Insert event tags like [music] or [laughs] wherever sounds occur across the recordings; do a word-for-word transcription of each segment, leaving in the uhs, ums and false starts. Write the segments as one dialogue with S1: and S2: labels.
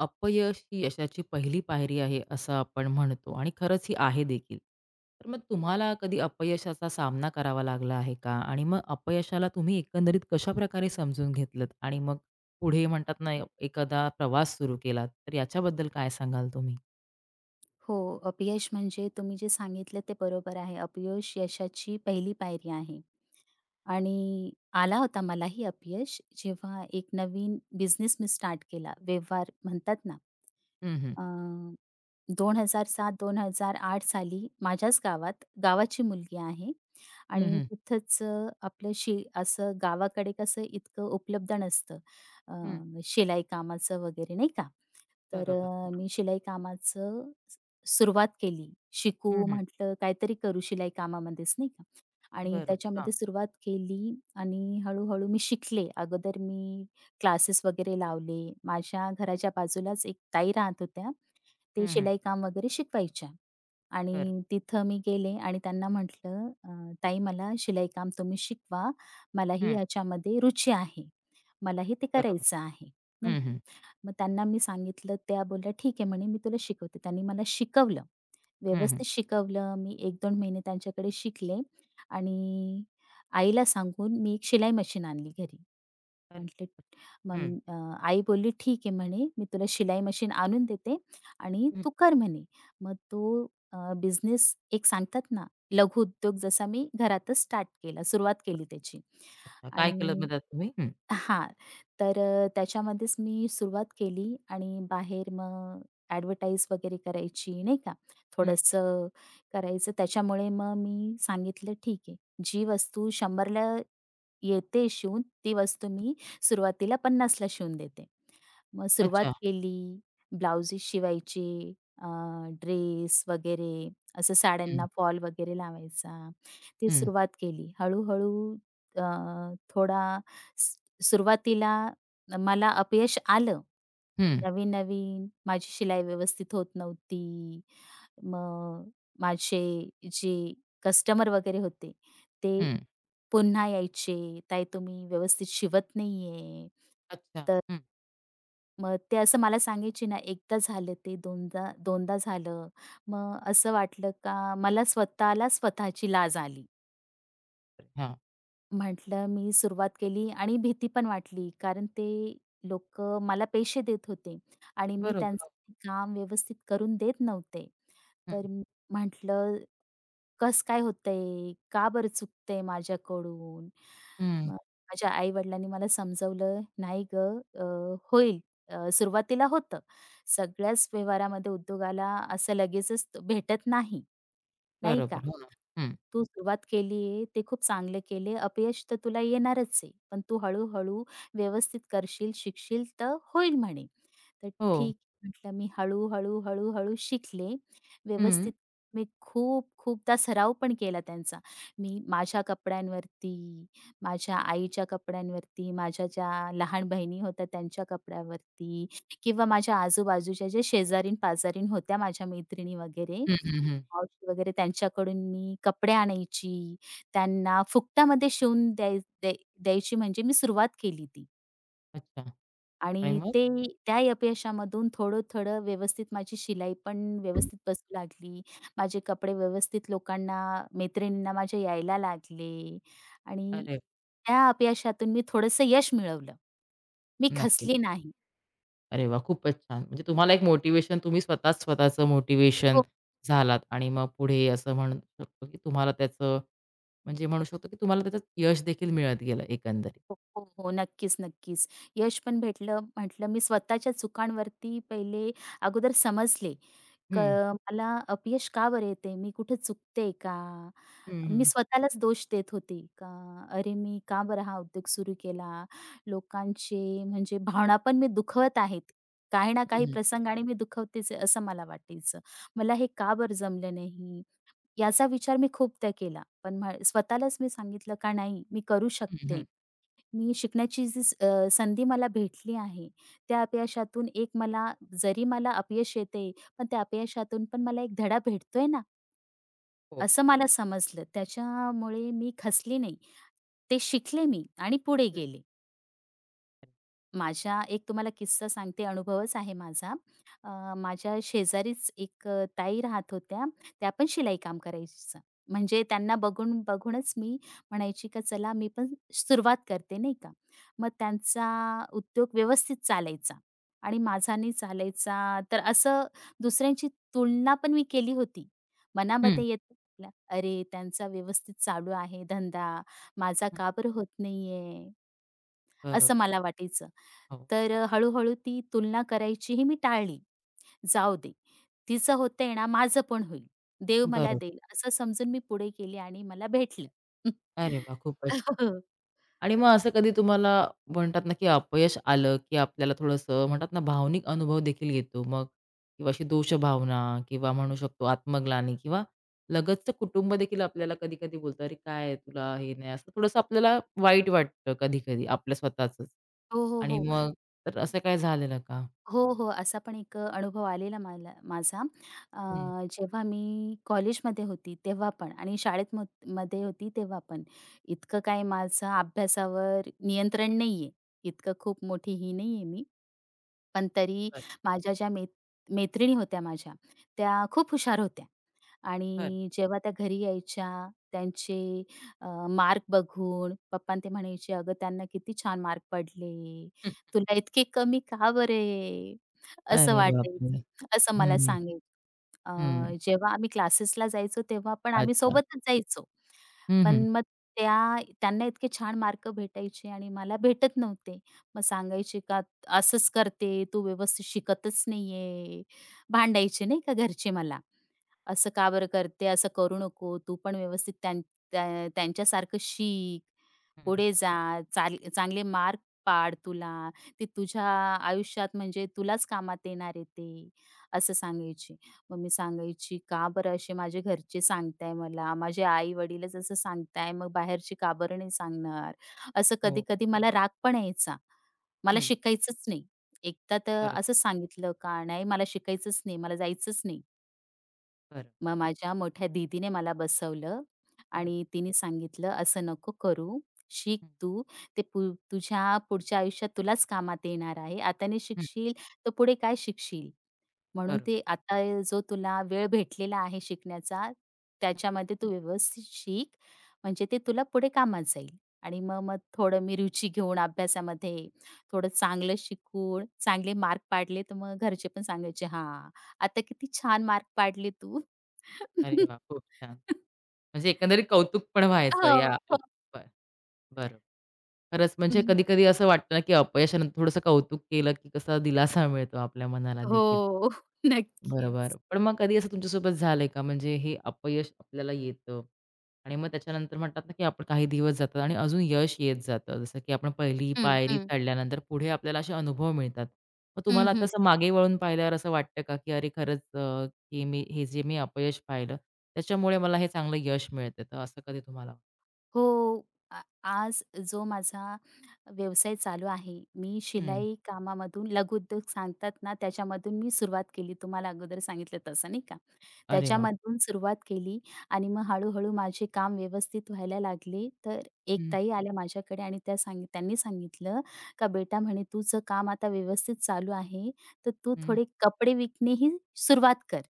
S1: अपयश ही यशाची पहिली पायरी आहे असं आपण म्हणतो आणि खरंच ही आहे देखील. तर मग तुम्हाला कधी अपयशाचा सामना करावा लागला आहे का? आणि मग अपयशाला तुम्ही एकंदरीत कशाप्रकारे समजून घेतलत आणि मग पुढे म्हणतात ना, एखादा प्रवास सुरू केलात, तर याच्याबद्दल काय सांगाल तुम्ही?
S2: हो, अपयश म्हणजे तुम्ही जे सांगितलं ते बरोबर आहे. अपयश यशाची पहिली पायरी आहे आणि आला होता मलाही अपयश जेव्हा एक नवीन बिझनेस मी स्टार्ट केला. व्यवहार म्हणतात ना,
S1: हं, हं.
S2: अ, दोन हजार सात-दोन हजार आठ साली माझ्याच गावात, गावाची मुलगी आहे
S1: हं,
S2: आणि
S1: हं.
S2: तिथंच अ, आपलं शि असं गावाकडे कसं इतकं उपलब्ध नसतं अ,
S1: हं.
S2: शिलाई कामाचं वगैरे नाही का? तर
S1: बरोबर. हो
S2: अ,
S1: ना.
S2: मी शिलाई कामाचं स सुरुवात केली. शिकू म्हटलं काहीतरी करू शिलाई कामामध्येच नाही का. आणि
S1: बरोबर. हां.
S2: त्याच्यामध्ये सुरुवात केली आणि हळू-हळू मी शिकले. अगोदर मी क्लासेस वगैरे लावले. माझ्या घराच्या बाजूलाच एक ताई राहत होत्या. ते
S1: हं, हं.
S2: शिलाई काम वगैरे शिकवायच्या. आणि
S1: बरं.
S2: तिथं मी गेले आणि त्यांना म्हटलं, "अ, ताई मला शिलाई काम तुम्ही शिकवा. मलाही
S1: हं.
S2: याच्यामध्ये रुची आहे. मलाही ते
S1: बरोबर.
S2: करायचं आहे." नाही.
S1: हं, हं.
S2: मग त्यांना मी सांगितलं, त्या बोलल्या, "ठीक आहे," म्हणे, "मी तुला शिकवते." त्यांनी मला शिकवलं.
S1: हं, हं.
S2: व्यवस्थित शिकवलं. मी एक दोन महिने त्यांच्याकडे शिकले आणि आईला सांगून मी एक शिलाई मशीन आणली घरी.
S1: अरे!
S2: म्हटले
S1: हं.
S2: मग अ, आई बोलली, "ठीक आहे," म्हणे, "मी तुला शिलाई मशीन आणून देते आणि
S1: हं.
S2: तू कर," म्हणे. मग तो बिझनेस एक सांगतात ना, लघुउद्योग जसा मी घरातच स्टार्ट केला, सुरुवात केली त्याची
S1: अच्छा. काय केलं
S2: आणि
S1: मग त्यात तुम्ही? हं.
S2: हां. तर अ, त्याच्यामध्येच मी सुरुवात केली आणि बाहेर मग ॲडव्हर्टाइज वगैरे करायची, नाही का.
S1: हं.
S2: थोडंसं करायचं. त्याच्यामुळे मग मी सांगितलं, "ठीक आहे, जी वस्तू शंभर येते शिवून, ती वस्तू मी सुरुवातीला पन्नास ला शिवून देते." मग सुरुवात
S1: अच्छा.
S2: केली. ब्लाउजेस शिवायचे, ड्रेस वगैरे, असं
S1: हं.
S2: साड्यांना फॉल वगैरे लावायचा. ती
S1: हं.
S2: सुरुवात केली. हळू अ, थोडा सुरुवातीला मला अपयश आलं.
S1: हं.
S2: नवीन-नवीन माझी शिलाई व्यवस्थित होत नव्हती. मग माझे जे कस्टमर वगैरे होते, ते
S1: हं.
S2: पुन्हा यायचे, "ताई तुम्ही व्यवस्थित शिवत नाहीये."
S1: अच्छा.
S2: तर
S1: हं.
S2: मग ते असं मला सांगायचे ना, एकदा झालं ते, दोनदा दोनदा झालं. मग असं वाटलं का मला स्वतःला स्वतःची लाज आली.
S1: हां.
S2: म्हटलं मी सुरुवात केली आणि भीती पण वाटली, कारण ते लोक मला पैसे देत होते आणि मी
S1: बरोबर. हो.
S2: त्यांचं काम व्यवस्थित करून देत नव्हते.
S1: हं.
S2: तर मी म्हटलं, कस काय होतंय? का बरं चुकतंय माझ्याकडून?"
S1: हं.
S2: मग माझ्या आई-वडिलांनी मला समजवलं, "नाही गं, अ, होईल. अ, सुरुवातीला होतं. सगळ्याच व्यवहारामध्ये उद्योगाला असं लगेचच भेटत नाही, नाही का?
S1: बरोबर. हो ना. हं.
S2: तू सुरुवात केली आहे, ते खूप चांगलं केले. अपयश तर तुला येणारच आहे. पण तू हळू-हळू व्यवस्थित करशील, शिकशील तर होईल म्हणे." तर
S1: हो.
S2: ठीक म्हटलं मी हळू-हळू, हळू-हळू शिकले.
S1: हं.
S2: व्यवस्थित मी खूप खूपदा सराव पण केला त्यांचा. मी माझ्या कपड्यांवरती, माझ्या आईच्या कपड्यांवरती, माझ्या ज्या लहान बहिणी होत्या त्यांच्या कपड्यावरती किंवा माझ्या आजूबाजूच्या ज्या शेजारीन-पाजारीन होत्या माझ्या मैत्रिणी वगैरे,
S1: हं, हं, हं.
S2: मावशी वगैरे त्यांच्याकडून मी कपडे आणायची. त्यांना फुकटामध्ये शिवून द्याय द्याय द्यायची म्हणजे मी सुरुवात केली ती.
S1: अच्छा. आणि
S2: आणि
S1: मग?
S2: ते त्या अपयशामधून थोडं-थोडं व्यवस्थित माझी शिलाई पण व्यवस्थित बसू लागली. माझे कपडे व्यवस्थित लोकांना, मैत्रिणींना माझ्या यायला लागले आणि
S1: अरे
S2: त्या अपयशातून मी थोडंसं यश मिळवलं. मी
S1: नक्कीच.
S2: खचली नाही.
S1: अरे वाह! खूपच छान. म्हणजे तुम्हाला एक मोटिव्हेशन तुम्ही स्वतःच स्वतःचं मोटिव्हेशन
S2: हो,
S1: झालात आणि मग पुढे असं म्हणू शकतो, की तुम्हाला त्याचं म्हणजे म्हणू शकतो, की तुम्हाला त्याचं यश देखील मिळत गेलं एकंदरीत.
S2: हो, हो, हो. नक्कीच, नक्कीच. यश पण भेटलं म्हटलं मी स्वतःच्या चुकांवरती पहिले अगोदर समजले. क
S1: हं.
S2: मला अपयश का बरं येते? मी कुठे चुकते का?
S1: हं,
S2: मी
S1: हं.
S2: स्वतःलाच दोष देत होते का अरे मी का बरं हा उद्योग सुरू केला? लोकांचे म्हणजे भावना पण मी दुखवत आहेत. काही ना
S1: हं,
S2: काही
S1: हं.
S2: प्रसंगाने मी दुखवतेच आहे असं मला वाटायचं. मला हे का बरं जमलं नाही? याचा विचार मी खूपदा केला. पण म्ह स्वतःलाच मी सांगितलं का नाही मी करू
S1: हं, हं.
S2: शकते. मी शिकण्याची जी स- अ, संधी मला भेटली आहे. त्या अपयशातून एक मला जरी मला अपयश येते, पण त्या अपयशातून पण मला एक धडा भेटतोय ना.
S1: हो.
S2: असं मला समजलं. त्याच्यामुळे मी खसली नाही. ते शिकले मी आणि पुढे
S1: हं.
S2: गेले. माझ्या एक तुम्हाला किस्सा सांगते, अनुभवच आहे माझा. अ, माझ्या शेजारीच एक अ, ताई राहत होत्या. त्या पण शिलाई काम करायच्या. म्हणजे त्यांना बघून बघूनच मी म्हणायची का चला मी पण सुरुवात करते, नाही का. मग त्यांचा उद्योग व्यवस्थित चालायचा आणि माझा नाही चालायचा. तर असं दुसऱ्यांची तुलना पण मी केली होती.
S1: हं.
S2: मनामध्ये येतं आपल्या, "अरे, त्यांचा व्यवस्थित चालू आहे धंदा, माझा
S1: हं.
S2: का बरं होत नाहीये?"
S1: बरोबर.
S2: असं मला वाटायचं.
S1: हो.
S2: तर अ, हळू-हळू ती तुलना करायचीही मी टाळली. जाऊ दे, तिचं होतंय ना, माझं पण होईल. देव मला
S1: बरोबर.
S2: देईल असं समजून मी पुढे गेले आणि मला भेटलं.
S1: अरे
S2: [laughs]
S1: वाह! खूपच
S2: हो.
S1: आणि मग असं कधी तुम्हाला म्हणतात ना, की अपयश आलं, की आपल्याला थोडंसं म्हणतात ना, भावनिक अनुभव देखील येतो. मग किंवा अशी दोष भावना किंवा म्हणू शकतो आत्मग्लानी किंवा लगतचं कुटुंब देखील आपल्याला कधी-कधी बोलतं, "अरे काय तुला हे नाही." असं थोडंसं आपल्याला वाईट वाटतं कधी-कधी आपल्या स्वतःचंच.
S2: हो, हो,
S1: आणि
S2: हो.
S1: मग तर असं काय झालेलं का?
S2: हो, हो. असा पण एक अ, अनुभव आलेला मला माझा. अ,
S1: हं.
S2: जेव्हा मी कॉलेजमध्ये होती तेव्हा पण आणि शाळेत म मध्ये होती तेव्हा पण. इतकं काय माझं अभ्यासावर नियंत्रण नाहीये. इतकं खूप मोठी ही नाहीये मी. पण तरी
S1: बरं,
S2: माझ्या ज्या मै मैत्रिणी होत्या माझ्या, त्या खूप हुशार होत्या.
S1: बरं.
S2: आणि जेव्हा त्या घरी यायच्या, त्यांचे अ, मार्क बघून पप्पांना ते म्हणायचे, "अगं, त्यांना किती छान मार्क पडले.
S1: हं.
S2: तुला इतके कमी का बरे?" असं
S1: अरे बापरे!
S2: वाटायचं. असं मला
S1: हं,
S2: सांगायचे. अ,
S1: हं.
S2: जेव्हा आम्ही क्लासेसला जायचो, तेव्हा पण आम्ही
S1: अच्छा.
S2: सोबतच जायचो.
S1: हं, हं.
S2: पण मग त्या त्यांना इतके छान मार्क भेटायचे आणि मला भेटत नव्हते. मग सांगायचे का, "असंच करते, तू व्यवस्थित शिकतच नाहीये." भांडायचे नाही का घरचे मला. असं का बरं करते? असं करू नको. तू पण व्यवस्थित त्यां त्या त्यांच्यासारखं शिक,
S1: हं.
S2: पुढे जा, चाल चांगले मार्क पाड तुला. ते तुझ्या आयुष्यात म्हणजे तुलाच कामात येणार आहे ते, असं सांगायची. मग मी सांगायची, "का बरं असे माझे घरचे सांगताय मला, माझे आई-वडीलच असं सांगताय, मग बाहेरचे का बरं नाही सांगणार?" असं
S1: हो.
S2: कधी-कधी मला राग पण यायचा. मला
S1: हं.
S2: शिकायचंच नाही. एकदा तर
S1: बरोबर,
S2: असंच सांगितलं का, "नाही मला शिकायचंच नाही, मला जायचंच नाही."
S1: बरं.
S2: मग माझ्या मोठ्या दीदीने मला बसवलं
S1: हं,
S2: आणि तिने सांगितलं, "असं नको करू. शिक तू. ते पु तुझ्या पुढच्या आयुष्यात तुलाच कामात येणार आहे. आता नाही
S1: हं,
S2: शिकशील, तर पुढे काय शिकशील?" म्हणून
S1: बरोबर.
S2: ते आता जो तुला वेळ भेटलेला आहे शिकण्याचा, त्याच्यामध्ये तू व्यवस्थित शिक, म्हणजे ते तुला पुढे कामात जाईल. आणि मग मग थोडं मी रुची घेऊन अभ्यासामध्ये, थोडं चांगलं शिकून, चांगले मार्क पाडले, तर मग घरचे पण सांगायचे, "हां, आता किती छान मार्क पाडले तू."
S1: अरे वाह! खूप छान.
S2: [laughs]
S1: म्हणजे एकंदरीत कौतुक पण व्हायचं
S2: हो,
S1: या अप
S2: हो.
S1: बर बरं. खरंच म्हणजे कधी-कधी असं वाटतं ना, की अपयशानंतर थोडंसं कौतुक केलं, की कसा दिलासा मिळतो आपल्या मनाला देखील.
S2: हो,
S1: बरोबर.
S2: नक्कीच.
S1: पण मग कधी असं तुमच्यासोबत झालंय का? म्हणजे हे अपयश आपल्याला येतं आणि मग त्याच्यानंतर म्हणतात ना, की आपण काही दिवस जातात आणि अजून यश येत जातं. जसं की आपण पहिली
S2: हं,
S1: पायरी
S2: हं.
S1: चढल्यानंतर पुढे आपल्याला असे अनुभव मिळतात. मग
S2: हं,
S1: तुम्हाला आता
S2: हं.
S1: असं मागे वळून पाहिल्यावर असं वाटतं का, की अरे खरंच अ, की मी हे जे मी अपयश पाहिलं, त्याच्यामुळे मला हे चांगलं यश मिळतं. तर असं कधी तुम्हाला
S2: हो. आ आज जो माझा व्यवसाय चालू आहे, मी
S1: हं.
S2: शिलाई कामामधून लघुउद्योग सांगतात ना, त्याच्यामधून मी सुरुवात केली. तुम्हाला अगोदर सांगितलं तसं नाही का.
S1: अरे वाह!
S2: त्याच्यामधून सुरुवात केली आणि मग हळू-हळू माझे काम व्यवस्थित व्हायला लागले. तर एक
S1: हं,
S2: ताई आल्या माझ्याकडे आणि त्या सांगित त्यांनी सांगितलं, का "बेटा," म्हणे, "तुझं काम आता व्यवस्थित चालू आहे, तर तू
S1: हं.
S2: थोडे कपडे विकणेही सुरुवात कर."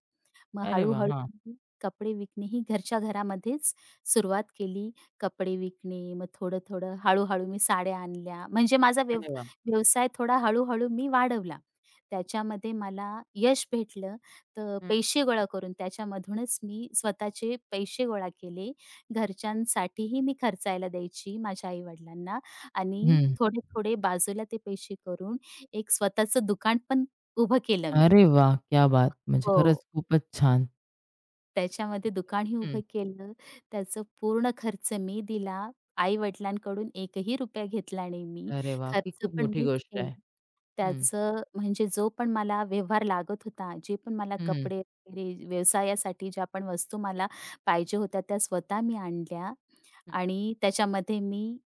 S2: मग
S1: अरे वाह!
S2: हळू-हळू
S1: हां.
S2: मी कपडे विकणे ही घरच्या घरामध्येच सुरुवात केली. कपडे विकणे, मग थोडं-थोडं हळू-हळू मी साड्या आणल्या. म्हणजे माझा व्यव
S1: अरे वाह!
S2: व्यवसाय थोडा हळू मी वाढवला. त्याच्यामध्ये मला यश भेटलं, तर
S1: हं.
S2: पैसे गोळा करून त्याच्यामधूनच मी स्वतःचे पैसे गोळा केले. घरच्यांसाठीही मी खर्चायला द्यायची माझ्या आई-वडिलांना आणि
S1: हं.
S2: थोडे-थोडे बाजूला ते पैसे करून एक स्वतःचं दुकान पण उभं केलं मी.
S1: अरे वाह! क्या बात! म्हणजे
S2: हो.
S1: खरंच खूपच छान.
S2: त्याच्यामध्ये दुकानही
S1: हं.
S2: उभं केलं. त्याचं पूर्ण खर्च मी दिला. आई-वडिलांकडून एकही रुपया घेतला नाही मी.
S1: अरे वाह! ही
S2: खर्च
S1: खूप
S2: पण
S1: मोठी
S2: मीच
S1: गोष्ट आहे.
S2: केला.
S1: हं.
S2: त्याचं म्हणजे जो पण मला व्यवहार लागत होता, जे पण मला
S1: हं, हं. हं.
S2: कपडे वगैरे व्यवसायासाठी ज्या पण वस्तू मला पाहिजे होत्या, त्या स्वतः मी आणल्या आणि त्याच्यामध्ये मी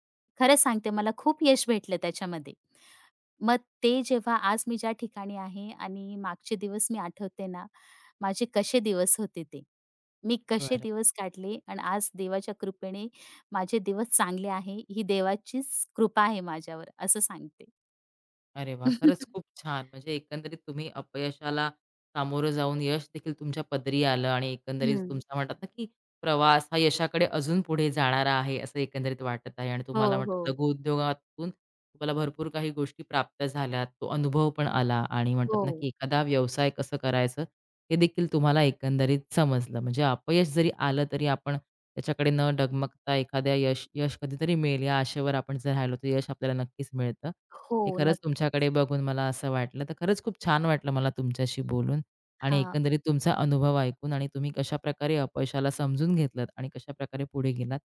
S2: खरं सांगते मला खूप यश भेटलं त्याच्यामध्ये. मग ते जेव्हा आज मी ज्या ठिकाणी आहे आणि मागचे दिवस मी आठवते ना, माझे कसे दिवस होते ते. मी कसे
S1: बरं.
S2: दिवस काढले आणि आज देवाच्या कृपेने माझे दिवस चांगले आहे. ही देवाचीच कृपा आहे माझ्यावर असं सांगते.
S1: अरे वाह! खरंच खूप
S2: [laughs]
S1: छान. म्हणजे एकंदरीत तुम्ही अपयशाला सामोरं जाऊन यश देखील तुमच्या पदरी आलं आणि एकंदरीत
S2: हं.
S1: तुमचा म्हणतात ना, की प्रवास हा यशाकडे अजून पुढे जाणारा आहे, असं एकंदरीत वाटत आहे आणि
S2: हो,
S1: तुम्हाला
S2: हो.
S1: म्हणतात लघुउद्योगातून तुम्हाला भरपूर काही गोष्टी प्राप्त झाल्या. तो अनुभव पण आला आणि म्हणतात ना, की
S2: हो.
S1: एखादा व्यवसाय कसं करायचं हे देखील तुम्हाला एकंदरीत समजलं. म्हणजे अपयश जरी आलं तरी आपण त्याच्याकडे न डगमगता एखाद्या यश यश कधीतरी मिळेल या आशेवर आपण जर राहिलो, तर यश आपल्याला नक्कीच मिळतं.
S2: हो,
S1: ते खरंच
S2: नक्कीच.
S1: तुमच्याकडे बघून मला असं वाटलं. तर खरंच खूप छान वाटलं मला तुमच्याशी बोलून आणि
S2: हां.
S1: एकंदरीत तुमचा अनुभव ऐकून आणि तुम्ही कशाप्रकारे अपयशाला समजून घेतलत आणि कशाप्रकारे पुढे गेलात,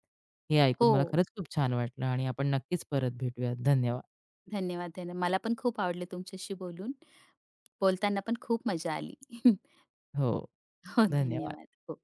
S1: हे ऐकून
S2: हो.
S1: मला खरंच खूप छान वाटलं आणि आपण नक्कीच परत भेटूयात. धन्यवाद.
S2: धन्यवाद, धन्यवाद. मला पण खूप आवडलं तुमच्याशी बोलून. बोलताना पण खूप मजा आली. [laughs]
S1: हो,
S2: हो,
S1: धन्यवाद.
S2: धन्यवाद. हो.